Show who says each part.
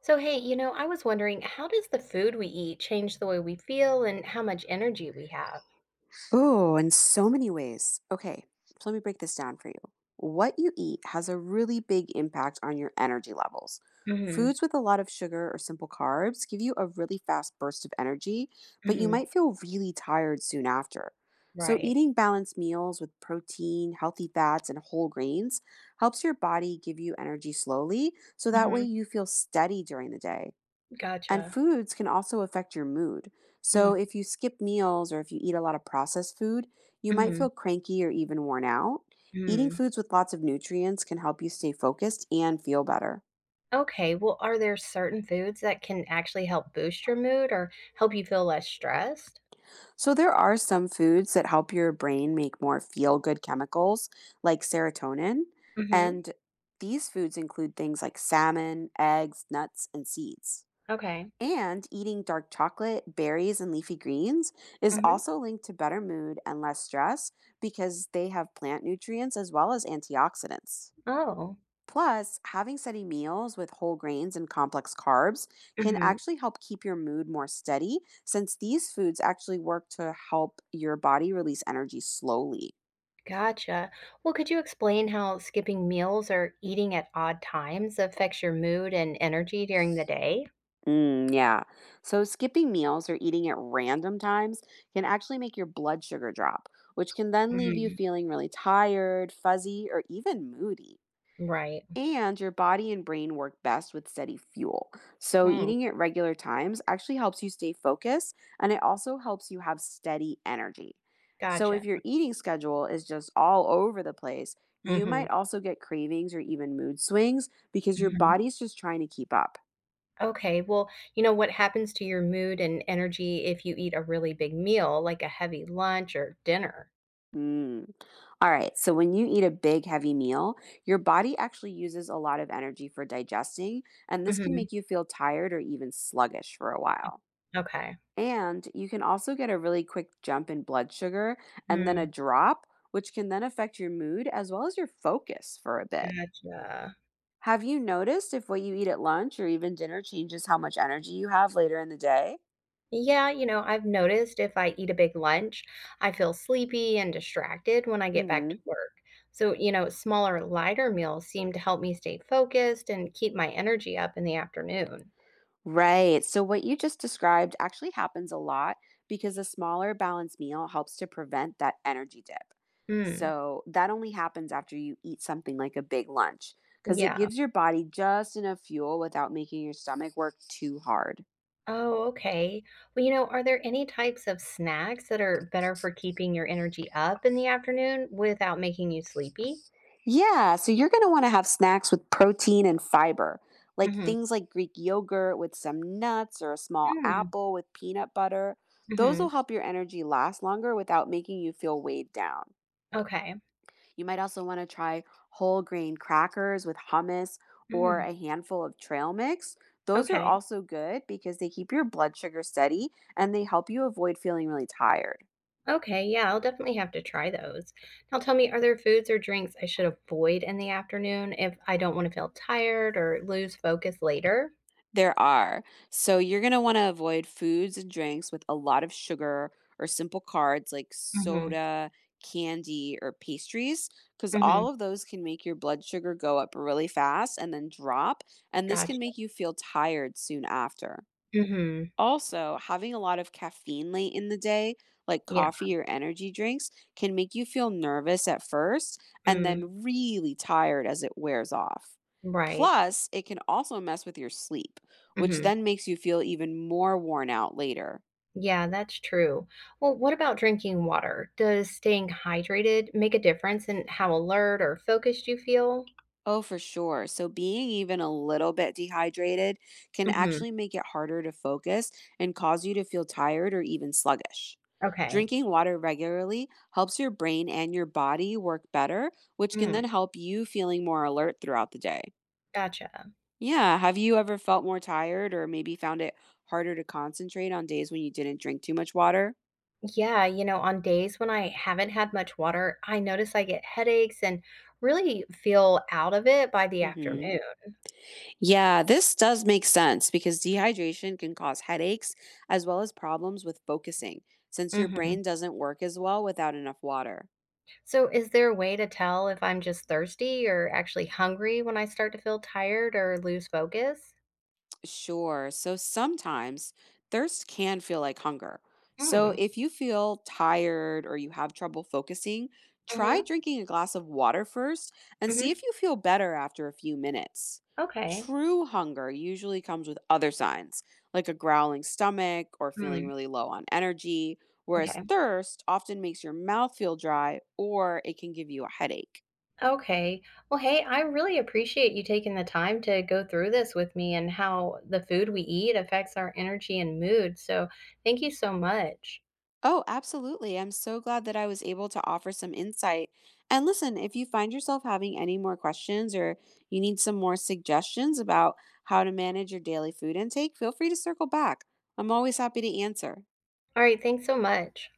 Speaker 1: So, hey, I was wondering, how does the food we eat change the way we feel and how much energy we have?
Speaker 2: Oh, in so many ways. Okay, so let me break this down for you. What you eat has a really big impact on your energy levels.
Speaker 1: Mm-hmm.
Speaker 2: Foods with a lot of sugar or simple carbs give you a really fast burst of energy, but you
Speaker 1: Mm-hmm.
Speaker 2: might feel really tired soon after. So,
Speaker 1: Right.
Speaker 2: eating balanced meals with protein, healthy fats, and whole grains helps your body give you energy slowly, so that way
Speaker 1: Mm-hmm.
Speaker 2: you feel steady during the day. And
Speaker 1: Gotcha.
Speaker 2: foods can also affect your mood. So,
Speaker 1: Mm-hmm.
Speaker 2: if you skip meals or if you eat a lot of processed food, you might feel cranky or even worn out. Eating
Speaker 1: Mm-hmm.
Speaker 2: foods with lots of nutrients can help you stay focused and feel better.
Speaker 1: Okay. Well, are there certain foods that can actually help boost your mood or help you feel less stressed?
Speaker 2: So, there are some foods that help your brain make more feel good chemicals, like serotonin.
Speaker 1: Mm-hmm.
Speaker 2: And these foods include things like salmon, eggs, nuts, and seeds.
Speaker 1: Okay.
Speaker 2: And eating dark chocolate, berries, and leafy greens is
Speaker 1: Mm-hmm.
Speaker 2: also linked to better mood and less stress because they have plant nutrients as well as antioxidants.
Speaker 1: Oh.
Speaker 2: Plus, having steady meals with whole grains and complex carbs can
Speaker 1: Mm-hmm.
Speaker 2: actually help keep your mood more steady since these foods actually work to help your body release energy slowly.
Speaker 1: Gotcha. Well, could you explain how skipping meals or eating at odd times affects your mood and energy during the day?
Speaker 2: Yeah. So skipping meals or eating at random times can actually make your blood sugar drop, which can then leave you
Speaker 1: Mm-hmm.
Speaker 2: feeling really tired, fuzzy, or even moody.
Speaker 1: Right.
Speaker 2: And your body and brain work best with steady fuel. So
Speaker 1: Mm.
Speaker 2: eating at regular times actually helps you stay focused and it also helps you have steady energy. So if
Speaker 1: Gotcha.
Speaker 2: your eating schedule is just all over the place, you
Speaker 1: Mhm,
Speaker 2: might also get cravings or even mood swings because your
Speaker 1: mhm.
Speaker 2: body's just trying to keep up.
Speaker 1: Okay, what happens to your mood and energy if you eat a really big meal, like a heavy lunch or dinner?
Speaker 2: Mm. All right. So when you eat a big, heavy meal, your body actually uses a lot of energy for digesting, and this can
Speaker 1: Mhm,
Speaker 2: make you feel tired or even sluggish for a while.
Speaker 1: okay.
Speaker 2: And you can also get a really quick jump in blood sugar and then a
Speaker 1: Mm,
Speaker 2: drop, which can then affect your mood as well as your focus for a bit.
Speaker 1: gotcha.
Speaker 2: Have you noticed if what you eat at lunch or even dinner changes how much energy you have later in the day?
Speaker 1: Yeah, I've noticed if I eat a big lunch, I feel sleepy and distracted when I get back
Speaker 2: Hmm.
Speaker 1: to work. So, smaller, lighter meals seem to help me stay focused and keep my energy up in the afternoon.
Speaker 2: Right. So, what you just described actually happens a lot because a smaller balanced meal helps to prevent that energy dip.
Speaker 1: Mm,
Speaker 2: So, that only happens after you eat something like a big lunch because it
Speaker 1: yeah.
Speaker 2: gives your body just enough fuel without making your stomach work too hard.
Speaker 1: Oh, okay. Well, are there any types of snacks that are better for keeping your energy up in the afternoon without making you sleepy?
Speaker 2: Yeah. So, you're going to want to have snacks with protein and fiber, like
Speaker 1: Mm-hmm.
Speaker 2: things like Greek yogurt with some nuts or a small
Speaker 1: Mm,
Speaker 2: apple with peanut butter. Those
Speaker 1: mm-hmm.
Speaker 2: will help your energy last longer without making you feel weighed down.
Speaker 1: Okay.
Speaker 2: You might also want to try whole grain crackers with hummus or
Speaker 1: Mm,
Speaker 2: a handful of trail mix. Those are
Speaker 1: okay.
Speaker 2: also good because they keep your blood sugar steady and they help you avoid feeling really tired.
Speaker 1: Okay. Yeah, I'll definitely have to try those. Now, tell me, are there foods or drinks I should avoid in the afternoon if I don't want to feel tired or lose focus later?
Speaker 2: There are. So you're going to want to avoid foods and drinks with a lot of sugar or simple carbs like
Speaker 1: Mm-hmm.
Speaker 2: soda, candy, or pastries because
Speaker 1: Mm-hmm.
Speaker 2: all of those can make your blood sugar go up really fast and then drop. And this
Speaker 1: Gotcha.
Speaker 2: can make you feel tired soon after.
Speaker 1: Mm-hmm.
Speaker 2: Also, having a lot of caffeine late in the day, like
Speaker 1: Yeah.
Speaker 2: coffee or energy drinks, can make you feel nervous at first and
Speaker 1: Mm,
Speaker 2: then really tired as it wears off.
Speaker 1: right.
Speaker 2: Plus, it can also mess with your sleep, which
Speaker 1: Mm-hmm.
Speaker 2: then makes you feel even more worn out later.
Speaker 1: Yeah, that's true. Well, what about drinking water? Does staying hydrated make a difference in how alert or focused you feel?
Speaker 2: Oh, for sure. So, being even a little bit dehydrated can
Speaker 1: Hmm.
Speaker 2: actually make it harder to focus and cause you to feel tired or even sluggish.
Speaker 1: Okay.
Speaker 2: Drinking water regularly helps your brain and your body work better, which can
Speaker 1: Mm,
Speaker 2: then help you feeling more alert throughout the day.
Speaker 1: gotcha.
Speaker 2: Yeah. Have you ever felt more tired or maybe found it harder to concentrate on days when you didn't drink too much water?
Speaker 1: Yeah, on days when I haven't had much water, I notice I get headaches and really feel out of it by the
Speaker 2: Mm hmm.
Speaker 1: afternoon.
Speaker 2: Yeah, this does make sense because dehydration can cause headaches as well as problems with focusing, since your
Speaker 1: Hmm.
Speaker 2: brain doesn't work as well without enough water.
Speaker 1: So, is there a way to tell if I'm just thirsty or actually hungry when I start to feel tired or lose focus?
Speaker 2: Sure. So sometimes thirst can feel like hunger. So
Speaker 1: Mm,
Speaker 2: if you feel tired or you have trouble focusing,
Speaker 1: mm-hmm,
Speaker 2: try drinking a glass of water first and see
Speaker 1: mm-hmm.
Speaker 2: if you feel better after a few minutes.
Speaker 1: Okay.
Speaker 2: True hunger usually comes with other signs, like a growling stomach or feeling
Speaker 1: Mm,
Speaker 2: really low on energy, whereas
Speaker 1: okay.
Speaker 2: thirst often makes your mouth feel dry or it can give you a headache.
Speaker 1: Okay. Well, hey, I really appreciate you taking the time to go through this with me and how the food we eat affects our energy and mood. So, thank you so much.
Speaker 2: Oh, absolutely. I'm so glad that I was able to offer some insight. And listen, if you find yourself having any more questions or you need some more suggestions about how to manage your daily food intake, feel free to circle back. I'm always happy to answer.
Speaker 1: All right. Thanks so much.